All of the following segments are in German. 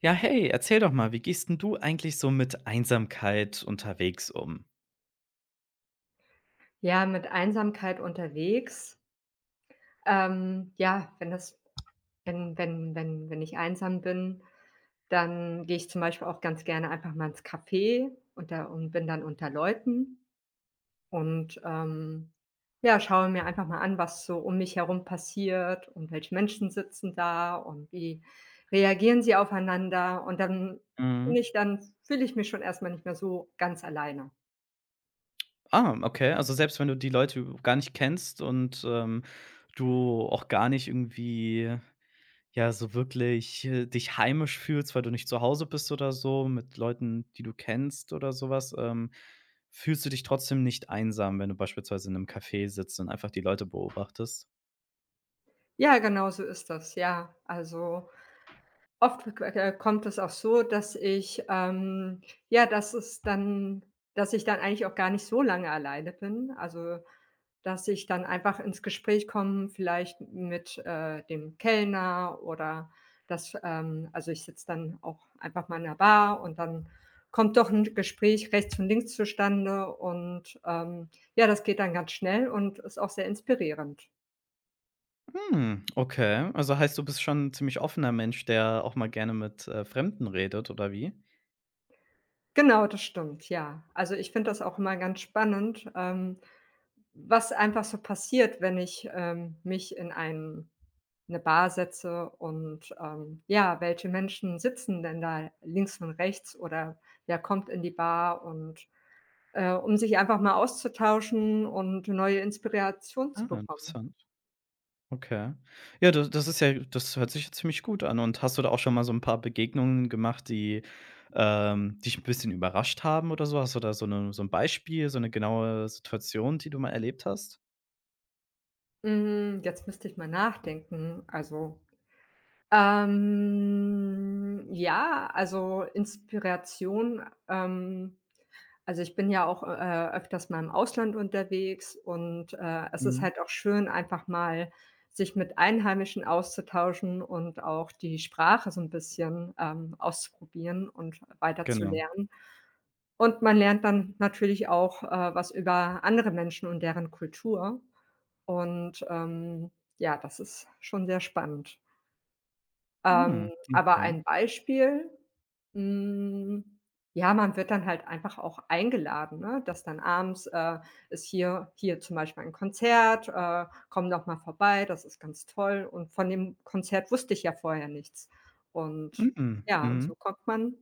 Ja, hey, erzähl doch mal, wie gehst 'n du eigentlich so mit Einsamkeit unterwegs um? Ja, mit Einsamkeit unterwegs. Ja, wenn das wenn wenn wenn wenn ich einsam bin, dann gehe ich zum Beispiel auch ganz gerne einfach mal ins Café und da und bin dann unter Leuten und, ja, schaue mir einfach mal an, was so um mich herum passiert und welche Menschen sitzen da und wie reagieren sie aufeinander. Und dann bin Mhm. ich dann fühle ich mich schon erstmal nicht mehr so ganz alleine. Ah, okay. Also, selbst wenn du die Leute gar nicht kennst und, du auch gar nicht irgendwie, ja, so wirklich, dich heimisch fühlst, weil du nicht zu Hause bist oder so mit Leuten, die du kennst oder sowas, fühlst du dich trotzdem nicht einsam, wenn du beispielsweise in einem Café sitzt und einfach die Leute beobachtest? Ja, genau so ist das, ja. Also oft kommt es auch so, dass ich, ja, dass es dann dass ich dann eigentlich auch gar nicht so lange alleine bin. Also, dass ich dann einfach ins Gespräch komme, vielleicht mit, dem Kellner oder das also, ich sitze dann auch einfach mal in der Bar und dann kommt doch ein Gespräch rechts und links zustande und, ja, das geht dann ganz schnell und ist auch sehr inspirierend. Hm, okay. Also heißt, du bist schon 'n ziemlich offener Mensch, der auch mal gerne mit, Fremden redet oder wie? Genau, das stimmt, ja. Also, ich finde das auch immer ganz spannend, was einfach so passiert, wenn ich, mich in ein 'ne Bar setze und, ja, welche Menschen sitzen denn da links und rechts oder wer kommt in die Bar und, um sich einfach mal auszutauschen und neue Inspiration zu Ah, bekommen. interessant. Okay. Ja, da das ist ja das hört sich ja ziemlich gut an. Und hast du da auch schon mal so ein paar Begegnungen gemacht, die, dich ein bisschen überrascht haben oder so? Hast du da so 'n Beispiel, so eine genaue Situation, die du mal erlebt hast? Hm, jetzt müsste ich mal nachdenken. Also, ja, also Inspiration, also, ich bin ja auch, öfters mal im Ausland unterwegs und, es ist Mhm, halt auch schön, einfach mal sich mit Einheimischen auszutauschen und auch die Sprache so ein bisschen, auszuprobieren und weiter zu genau. lernen. Und man lernt dann natürlich auch, was über andere Menschen und deren Kultur und, ja, das ist schon sehr spannend. Ähm, Mhm, aber okay. ein Beispiel, hm, ja, man wird dann halt einfach auch eingeladen, ne? Dass dann abends, ist hier zum Beispiel ein Konzert, komm doch mal vorbei, das ist ganz toll. Und von dem Konzert wusste ich ja vorher nichts. Und Mhm, ja, und mhm. so kommt man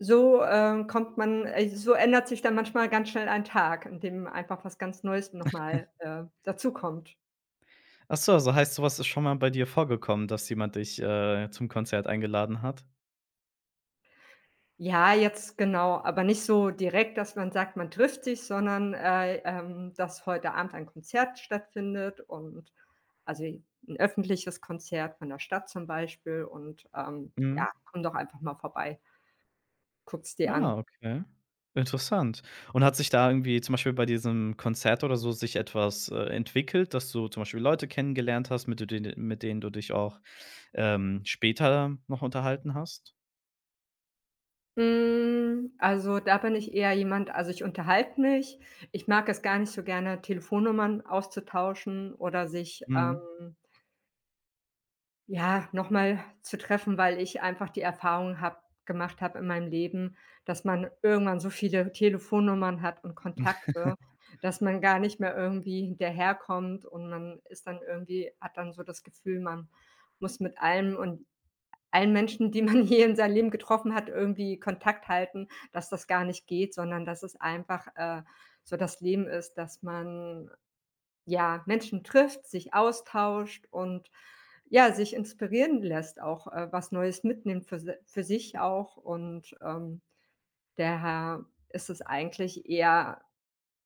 so, äh, kommt man so ändert sich dann manchmal ganz schnell ein Tag, in dem einfach was ganz Neues noch mal, dazukommt. Ach so, also heißt, so was ist schon mal bei dir vorgekommen, dass jemand dich, zum Konzert eingeladen hat? Ja, jetzt genau, aber nicht so direkt, dass man sagt, man trifft sich, sondern, dass heute Abend ein Konzert stattfindet und also ein öffentliches Konzert von der Stadt zum Beispiel und, Mhm. ja, komm doch einfach mal vorbei, guck's dir an. Ah, okay. Interessant. Und hat sich da irgendwie zum Beispiel bei diesem Konzert oder so sich etwas, entwickelt, dass du zum Beispiel Leute kennengelernt hast, mit denen du dich auch, später noch unterhalten hast? Hm, also, da bin ich eher jemand, also, ich unterhalte mich. Ich mag es gar nicht so gerne, Telefonnummern auszutauschen oder sich, Mhm, ja, noch mal zu treffen, weil ich einfach die Erfahrung habe gemacht habe in meinem Leben, dass man irgendwann so viele Telefonnummern hat und Kontakte, dass man gar nicht mehr irgendwie hinterherkommt und man ist dann irgendwie hat dann so das Gefühl, man muss mit allem und allen Menschen, die man hier in seinem Leben getroffen hat, irgendwie Kontakt halten, dass das gar nicht geht, sondern dass es einfach, so das Leben ist, dass man, ja, Menschen trifft, sich austauscht und ja, sich inspirieren lässt, auch, was Neues mitnimmt für sich auch und, daher ist es eigentlich eher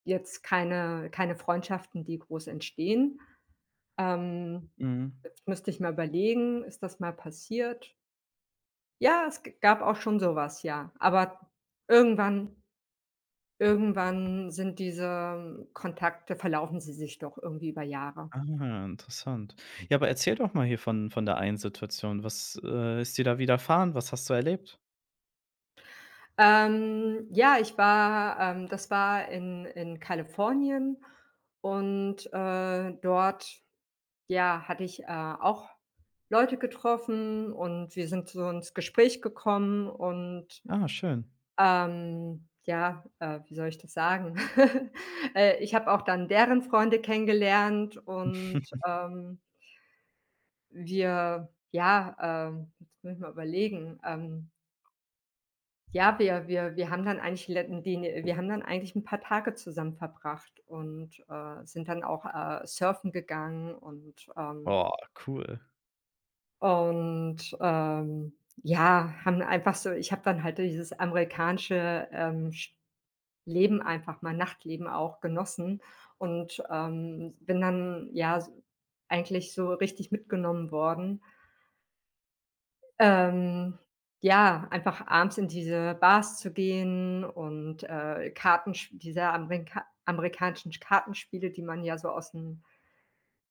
jetzt keine Freundschaften, die groß entstehen. Ähm, mhm. müsste ich mal überlegen, ist das mal passiert? Ja, es g gab auch schon sowas, ja. Aber irgendwann irgendwann sind diese Kontakte, verlaufen sie sich doch irgendwie über Jahre. Ah, interessant. Ja, aber erzähl doch mal hier von der einen Situation. Was, ist dir da widerfahren? Was hast du erlebt? Ja, ich war das war in Kalifornien und, dort, ja, hatte ich, auch Leute getroffen und wir sind so ins Gespräch gekommen und, Ah, schön. Ja, wie soll ich das sagen? Ich habe auch dann deren Freunde kennengelernt und, wir ja, jetzt muss ich mal überlegen, ja, wir haben dann eigentlich letten den wir haben dann eigentlich ein paar Tage zusammen verbracht und, sind dann auch, surfen gegangen und, Oh, cool. und, ähm, ja, haben einfach so ich habe dann halt dieses amerikanische, Sch Leben, einfach mal Nachtleben auch genossen und, bin dann, ja, s eigentlich so richtig mitgenommen worden. Ähm, ja, einfach abends in diese Bars zu gehen und, Kartensch diese amerikanischen Kartenspiele, die man ja so aus'm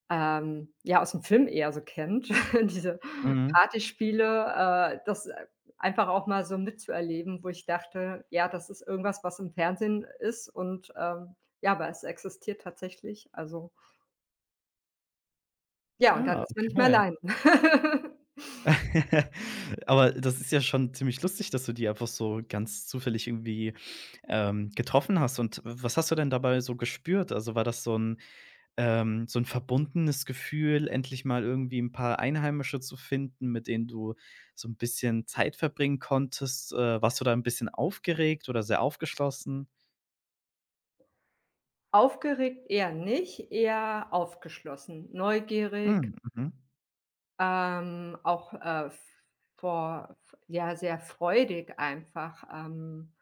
ja, aus dem Film eher so kennt, diese Mhm. Partyspiele, das einfach auch mal so mitzuerleben, wo ich dachte: „Ja, das ist irgendwas, was im Fernsehen ist und, ja, aber es existiert tatsächlich.“ Also, ja, und dann Ja, ist man nicht mehr okay. allein. Aber das ist ja schon ziemlich lustig, dass du die einfach so ganz zufällig irgendwie, getroffen hast. Und was hast du denn dabei so gespürt? Also, war das so ein verbundenes Gefühl, endlich mal irgendwie ein paar Einheimische zu finden, mit denen du so ein bisschen Zeit verbringen konntest? Warst du da ein bisschen aufgeregt oder sehr aufgeschlossen? Aufgeregt eher nicht, eher aufgeschlossen, neugierig, Hm, mhm, auch, f- vor f ja, sehr freudig einfach,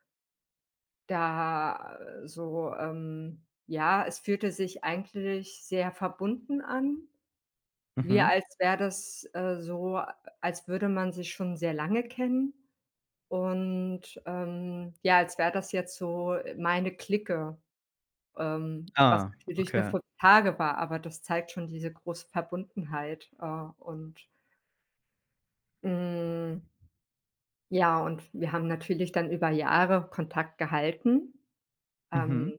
da ja, es fühlte sich eigentlich sehr verbunden an, wie mhm. als wäre das, so als würde man sich schon sehr lange kennen und, ja, als wäre das jetzt so meine Clique. Was Ah, natürlich nur okay. 5 Tage war, aber das zeigt schon diese große Verbundenheit. Und, hm, ja, und wir haben natürlich dann über Jahre Kontakt gehalten, ähm, Mhm.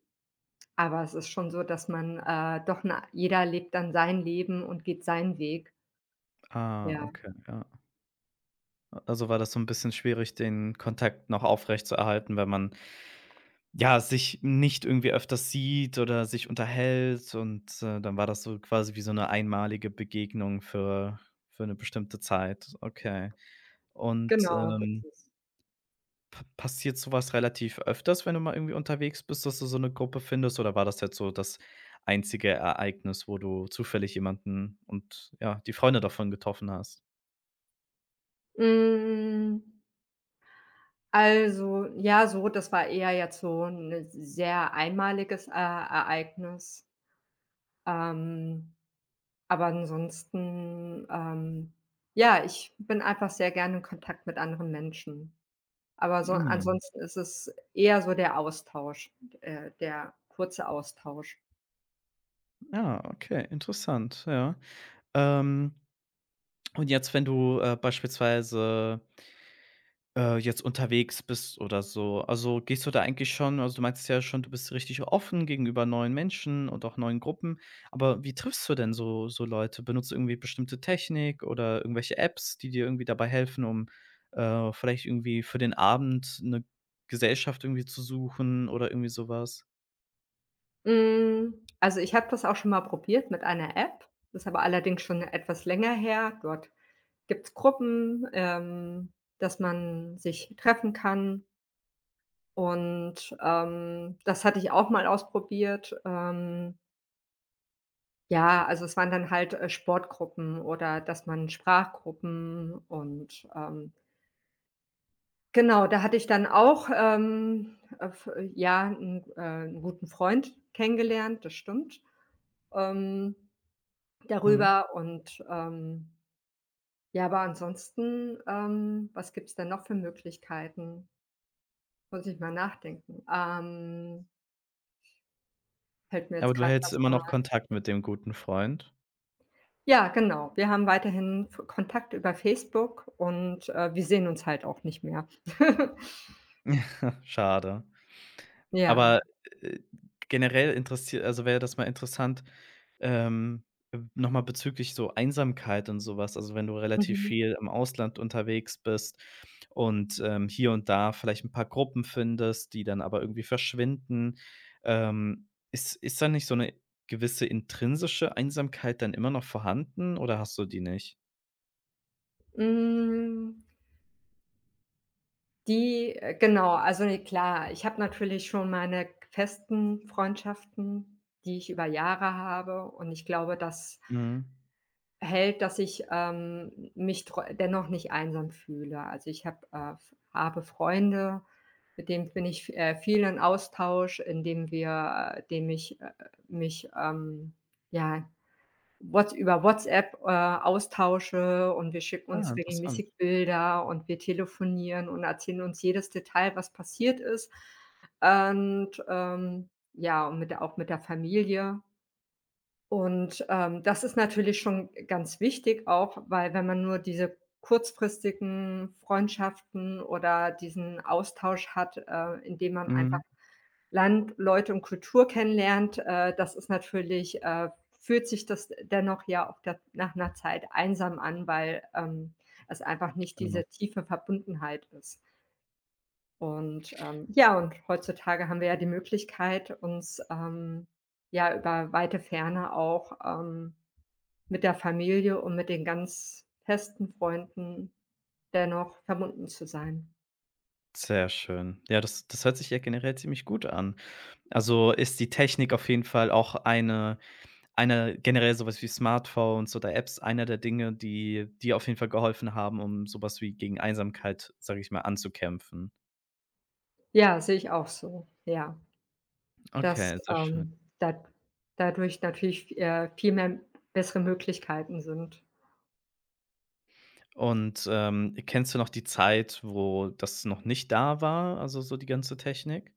aber es ist schon so, dass man, doch 'ne jeder lebt dann sein Leben und geht seinen Weg. Ah, Ja, okay, ja. Also, war das so ein bisschen schwierig, den Kontakt noch aufrechtzuerhalten, wenn man. Ja, sich nicht irgendwie öfters sieht oder sich unterhält und, dann war das so quasi wie so eine einmalige Begegnung für eine bestimmte Zeit. Okay. Und, genau, so ist es. p passiert sowas relativ öfters, wenn du mal irgendwie unterwegs bist, dass du so eine Gruppe findest oder war das jetzt so das einzige Ereignis, wo du zufällig jemanden und, ja, die Freunde davon getroffen hast? Hm, also, ja, so, das war eher jetzt so ein sehr einmaliges, Ereignis. Ähm Aber ansonsten, ja, ich bin einfach sehr gerne in Kontakt mit anderen Menschen. Aber so Mhm. ansonsten ist es eher so der Austausch, der kurze Austausch. Ja, okay, interessant, ja. Ähm, und jetzt, wenn du, beispielsweise jetzt unterwegs bist oder so. Also, gehst du da eigentlich du meinst ja schon, du bist richtig offen gegenüber neuen Menschen und auch neuen Gruppen. Aber wie triffst du denn so Leute? Benutzt du irgendwie bestimmte Technik oder irgendwelche Apps, die dir irgendwie dabei helfen, um, vielleicht irgendwie für den Abend eine Gesellschaft irgendwie zu suchen oder irgendwie sowas? Hm, also, ich habe das auch schon mal probiert mit einer App. Das ist aber allerdings schon etwas länger her. Dort gibt's Gruppen, dass man sich treffen kann und, das hatte ich auch mal ausprobiert, ja, also es waren dann halt, Sportgruppen oder dass man Sprachgruppen und, genau, da hatte ich dann auch, f ja, einen 'n guten Freund kennengelernt, das stimmt, ähm, Mhm. darüber und, ja, aber ansonsten, was gibt's denn noch für Möglichkeiten? Muss ich mal nachdenken. Fällt mir Aber jetzt du gerade hältst erst immer mal. noch Kontakt mit dem guten Freund? Ja, genau. Wir haben weiterhin F Kontakt über Facebook und, wir sehen uns halt auch nicht mehr. Schade. Aber, Ja. äh, generell wäre das mal interessant, ähm, noch bezüglich so Einsamkeit und sowas. Also, wenn du relativ Mhm. viel im Ausland unterwegs bist und, hier und da vielleicht ein paar Gruppen findest, die dann aber irgendwie verschwinden. Ist da nicht so eine gewisse intrinsische Einsamkeit dann immer noch vorhanden oder hast du die nicht? Hm, die genau, also, ne, klar, ich habe natürlich schon meine festen Freundschaften, die ich über Jahre habe und ich glaube, das Mhm. hält, dass ich, mich tro dennoch nicht einsam fühle. Also, ich habe f habe Freunde, mit denen bin ich, viel in Austausch, indem ich, mich, ja, Whats über WhatsApp, austausche und wir schicken Ah, uns interessant. regelmäßig Bilder und wir telefonieren und erzählen uns jedes Detail, was passiert ist. Und, ja, und mit der auch mit der Familie. Und, das ist natürlich schon ganz wichtig auch, weil wenn man nur diese kurzfristigen Freundschaften oder diesen Austausch hat, indem man einfach Mhm, Land, Leute und Kultur kennenlernt, das ist natürlich fühlt sich das dennoch ja auch der nach einer Zeit einsam an, weil, es einfach nicht genau. diese tiefe Verbundenheit ist. Und, ja, und heutzutage haben wir ja die Möglichkeit, uns, ja, über weite Ferne auch, mit der Familie und mit den ganz festen Freunden dennoch verbunden zu sein. Sehr schön. Ja, das das hört sich ja generell ziemlich gut an. Also, ist die Technik auf jeden Fall auch eine generell sowas wie Smartphones oder Apps, einer der Dinge, die dir auf jeden Fall geholfen haben, um sowas wie gegen Einsamkeit, sage ich mal, anzukämpfen. Ja, sehe ich auch so. Ja, dass, Okay, sehr schön. Da dadurch natürlich, viel mehr bessere Möglichkeiten sind. Und, kennst du noch die Zeit, wo das noch nicht da war, also so die ganze Technik?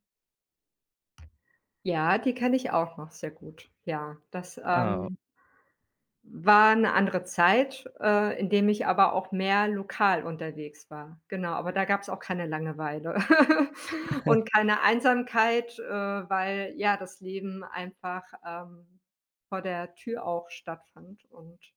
Ja, die kenne ich auch noch sehr gut. Ja, das, Ah, war 'ne andere Zeit, in dem ich aber auch mehr lokal unterwegs war. Genau, aber da gab's auch keine Langeweile und keine Einsamkeit, weil, ja, das Leben einfach, vor der Tür auch stattfand und,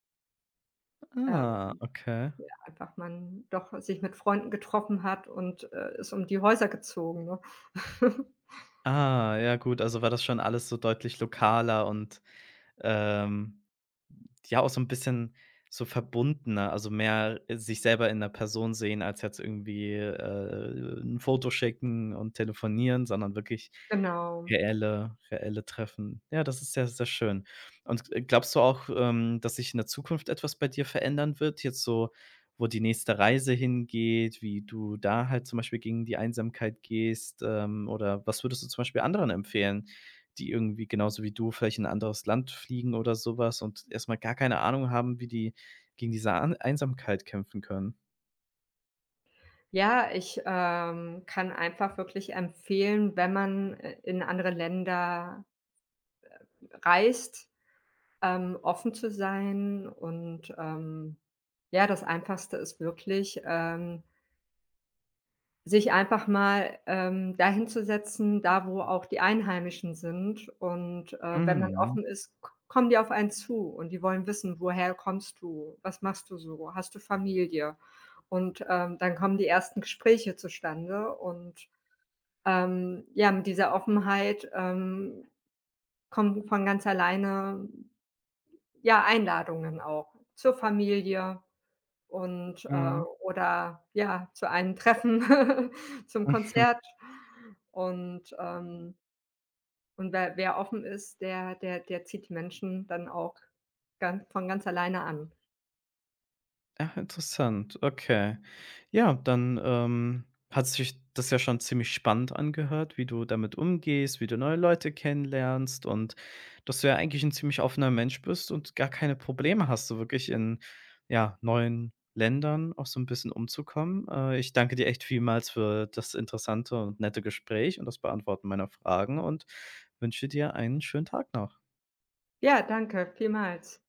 ähm, ah, okay. einfach man doch sich mit Freunden getroffen hat und, ist um die Häuser gezogen, ne? Ah, ja gut, also war das schon alles so deutlich lokaler und, ähm, ja auch so ein bisschen so verbundener, also mehr sich selber in der Person sehen als jetzt irgendwie, 'n Foto schicken und telefonieren, sondern wirklich Genau. Reelle Treffen. Ja, das ist sehr, sehr schön. Und glaubst du auch, dass sich in der Zukunft etwas bei dir verändern wird, jetzt so, wo die nächste Reise hingeht, wie du da halt zum Beispiel gegen die Einsamkeit gehst, oder was würdest du zum Beispiel anderen empfehlen? Die irgendwie genauso wie du vielleicht in ein anderes Land fliegen oder sowas und erstmal gar keine Ahnung haben, wie die gegen diese An Einsamkeit kämpfen können. Ja, ich, kann einfach wirklich empfehlen, wenn man, in andere Länder reist, offen zu sein und, ja, das Einfachste ist wirklich, sich einfach mal, dahin zu setzen, da wo auch die Einheimischen sind und, wenn man Mhm, offen ist, k kommen die auf einen zu und die wollen wissen: „Woher kommst du? Was machst du so? Hast du Familie?“ Und, dann kommen die ersten Gespräche zustande und, ja, mit dieser Offenheit, kommen von ganz alleine ja, Einladungen auch zur Familie und, mhm. oder ja, zu einem Treffen, zum Konzert. Und, ähm und wer offen ist, der der zieht die Menschen dann auch ganz alleine an. Ach, interessant, okay. Ja, dann, hat sich das ja schon ziemlich spannend angehört, wie du damit umgehst, wie du neue Leute kennenlernst und dass du ja eigentlich ein ziemlich offener Mensch bist und gar keine Probleme hast, so wirklich in, ja, neuen Ländern auch so ein bisschen umzukommen. Ich danke dir echt vielmals für das interessante und nette Gespräch und das Beantworten meiner Fragen und wünsche dir einen schönen Tag noch. Ja, danke, vielmals.